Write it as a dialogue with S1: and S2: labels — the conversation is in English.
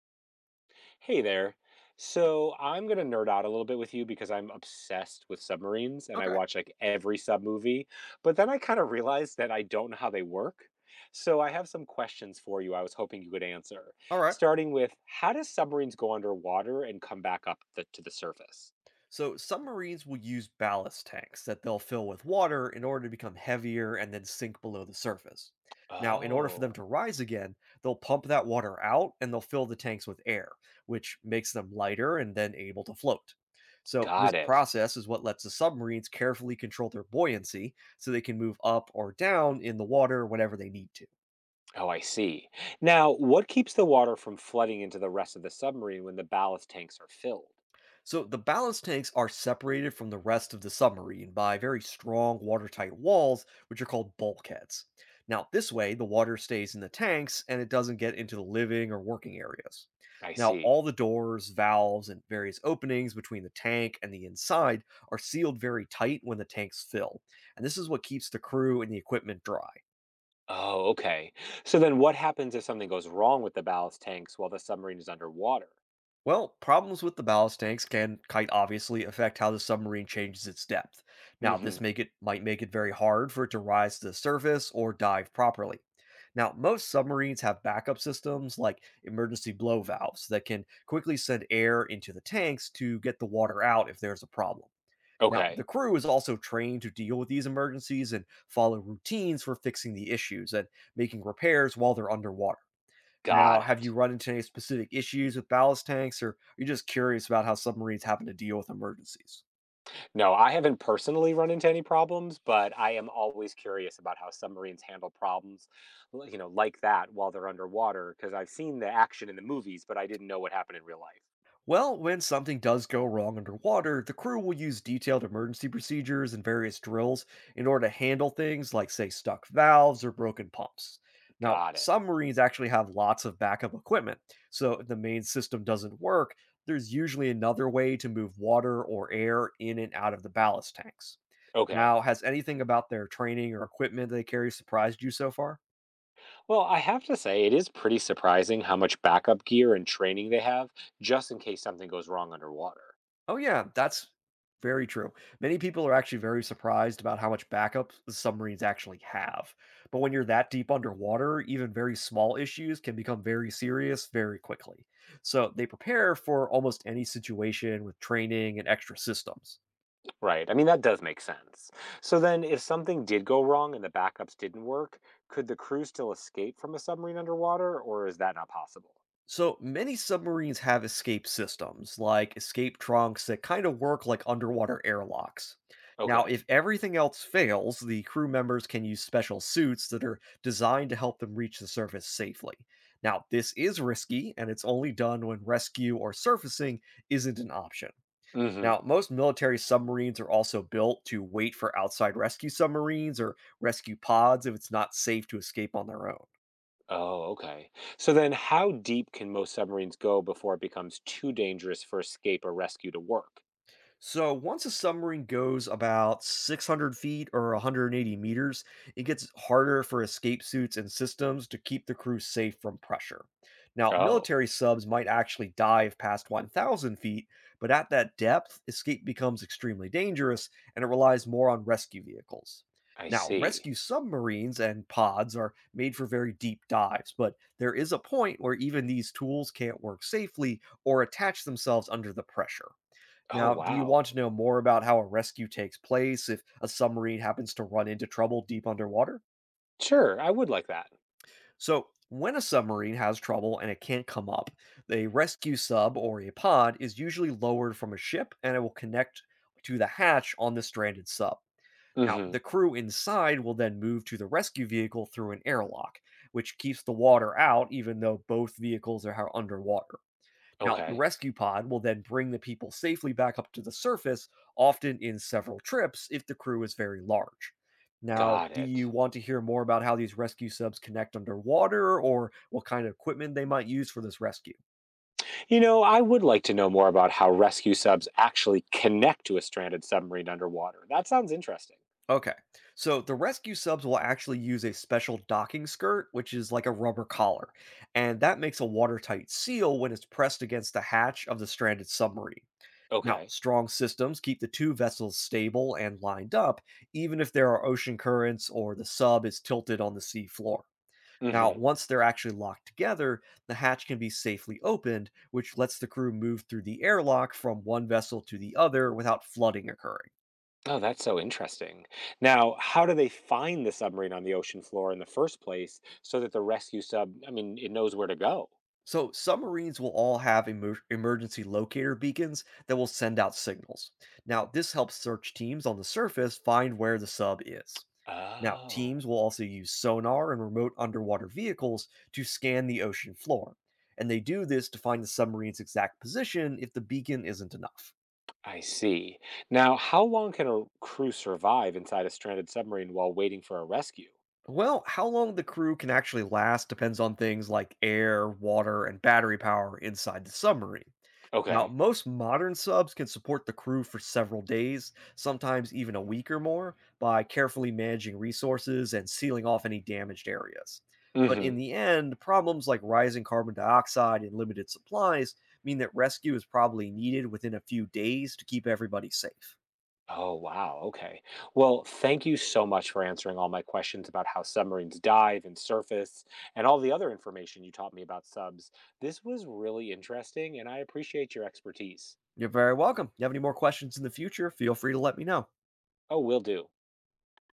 S1: Hey there. So I'm gonna nerd out a little bit with you because I'm obsessed with submarines and I
S2: Okay.
S1: watch like every sub movie. But then I kind of realized that I don't know how they work. So I have some questions for you I was hoping you could answer.
S2: All right.
S1: Starting with how do submarines go underwater and come back up to the surface?
S2: So submarines will use ballast tanks that they'll fill with water in order to become heavier and then sink below the surface. Now, in order for them
S1: Oh,
S2: to rise again, they'll pump that water out and they'll fill the tanks with air, which makes them lighter and then able to float. So, this
S1: got it.
S2: process is what lets the submarines carefully control their buoyancy so they can move up or down in the water whenever they need to.
S1: Oh, I see. Now, what keeps the water from flooding into the rest of the submarine when the ballast tanks are filled?
S2: So the ballast tanks are separated from the rest of the submarine by very strong watertight walls, which are called bulkheads. Now, this way, the water stays in the tanks and it doesn't get into the living or working areas.
S1: I
S2: Now,
S1: see.
S2: all the doors, valves, and various openings between the tank and the inside are sealed very tight when the tanks fill. And this is what keeps the crew and the equipment dry.
S1: Oh, okay. So then what happens if something goes wrong with the ballast tanks while the submarine is underwater?
S2: Well, problems with the ballast tanks can quite obviously affect how the submarine changes its depth. Now,
S1: Hmm.
S2: this make it might make it very hard for it to rise to the surface or dive properly. Now, most submarines have backup systems like emergency blow valves that can quickly send air into the tanks to get the water out if there's a problem. Now,
S1: Okay.
S2: the crew is also trained to deal with these emergencies and follow routines for fixing the issues and making repairs while they're underwater. Now,
S1: Got
S2: have you
S1: it.
S2: run into any specific issues with ballast tanks, or are you just curious about how submarines happen to deal with emergencies?
S1: No, I haven't personally run into any problems, but I am always curious about how submarines handle problems like that while they're underwater, because I've seen the action in the movies, but I didn't know what happened in real life.
S2: Well, when something does go wrong underwater, the crew will use detailed emergency procedures and various drills in order to handle things like, say, stuck valves or broken pumps. Now,
S1: Got it.
S2: submarines actually have lots of backup equipment, so if the main system doesn't work, there's usually another way to move water or air in and out of the ballast tanks.
S1: Okay.
S2: Now, has anything about their training or equipment they carry surprised you so far?
S1: Well, I have to say, it is pretty surprising how much backup gear and training they have just in case something goes wrong underwater.
S2: Oh, yeah, that's very true. Many people are actually very surprised about how much backup the submarines actually have. But when you're that deep underwater, even very small issues can become very serious very quickly. So they prepare for almost any situation with training and extra systems.
S1: Right. I mean, that does make sense. So then, if something did go wrong and the backups didn't work, could the crew still escape from a submarine underwater, or is that not possible?
S2: So many submarines have escape systems, like escape trunks that kind of work like underwater airlocks. Now,
S1: Okay.
S2: if everything else fails, the crew members can use special suits that are designed to help them reach the surface safely. Now, this is risky, and it's only done when rescue or surfacing isn't an option.
S1: Hmm.
S2: Now, most military submarines are also built to wait for outside rescue submarines or rescue pods if it's not safe to escape on their own.
S1: Oh, okay. So then, how deep can most submarines go before it becomes too dangerous for escape or rescue to work?
S2: So once a submarine goes about 600 feet or 180 meters, it gets harder for escape suits and systems to keep the crew safe from pressure. Now,
S1: Oh,
S2: military subs might actually dive past 1,000 feet, but at that depth, escape becomes extremely dangerous and it relies more on rescue vehicles.
S1: I
S2: Now,
S1: see.
S2: rescue submarines and pods are made for very deep dives, but there is a point where even these tools can't work safely or attach themselves under the pressure.
S1: Oh,
S2: Now, do you
S1: wow.
S2: want to know more about how a rescue takes place if a submarine happens to run into trouble deep underwater?
S1: Sure, I would like that.
S2: So, when a submarine has trouble and it can't come up, a rescue sub or a pod is usually lowered from a ship and it will connect to the hatch on the stranded sub. Now,
S1: Hmm.
S2: the crew inside will then move to the rescue vehicle through an airlock, which keeps the water out even though both vehicles are underwater. Now, the
S1: Okay.
S2: rescue pod will then bring the people safely back up to the surface, often in several trips if the crew is very large. Now,
S1: Got
S2: do you
S1: it.
S2: want to hear more about how these rescue subs connect underwater or what kind of equipment they might use for this rescue?
S1: You know, I would like to know more about how rescue subs actually connect to a stranded submarine underwater. That sounds interesting.
S2: Okay, so the rescue subs will actually use a special docking skirt, which is like a rubber collar, and that makes a watertight seal when it's pressed against the hatch of the stranded submarine. Now,
S1: Okay.
S2: strong systems keep the two vessels stable and lined up, even if there are ocean currents or the sub is tilted on the sea floor. Now,
S1: Hmm.
S2: once they're actually locked together, the hatch can be safely opened, which lets the crew move through the airlock from one vessel to the other without flooding occurring.
S1: Oh, that's so interesting. Now, how do they find the submarine on the ocean floor in the first place so that the rescue sub it knows where to go?
S2: So, submarines will all have emergency locator beacons that will send out signals. Now, this helps search teams on the surface find where the sub is. Now,
S1: Oh,
S2: teams will also use sonar and remote underwater vehicles to scan the ocean floor. And they do this to find the submarine's exact position if the beacon isn't enough.
S1: I see. Now, how long can a crew survive inside a stranded submarine while waiting for a rescue?
S2: Well, how long the crew can actually last depends on things like air, water, and battery power inside the submarine. Now,
S1: Okay.
S2: most modern subs can support the crew for several days, sometimes even a week or more, by carefully managing resources and sealing off any damaged areas. But in
S1: Hmm.
S2: the end, problems like rising carbon dioxide and limited supplies mean that rescue is probably needed within a few days to keep everybody safe.
S1: Oh, wow. Okay. Well, thank you so much for answering all my questions about how submarines dive and surface and all the other information you taught me about subs. This was really interesting, and I appreciate your expertise.
S2: You're very welcome. You have any more questions in the future, feel free to let me know.
S1: Oh, will do.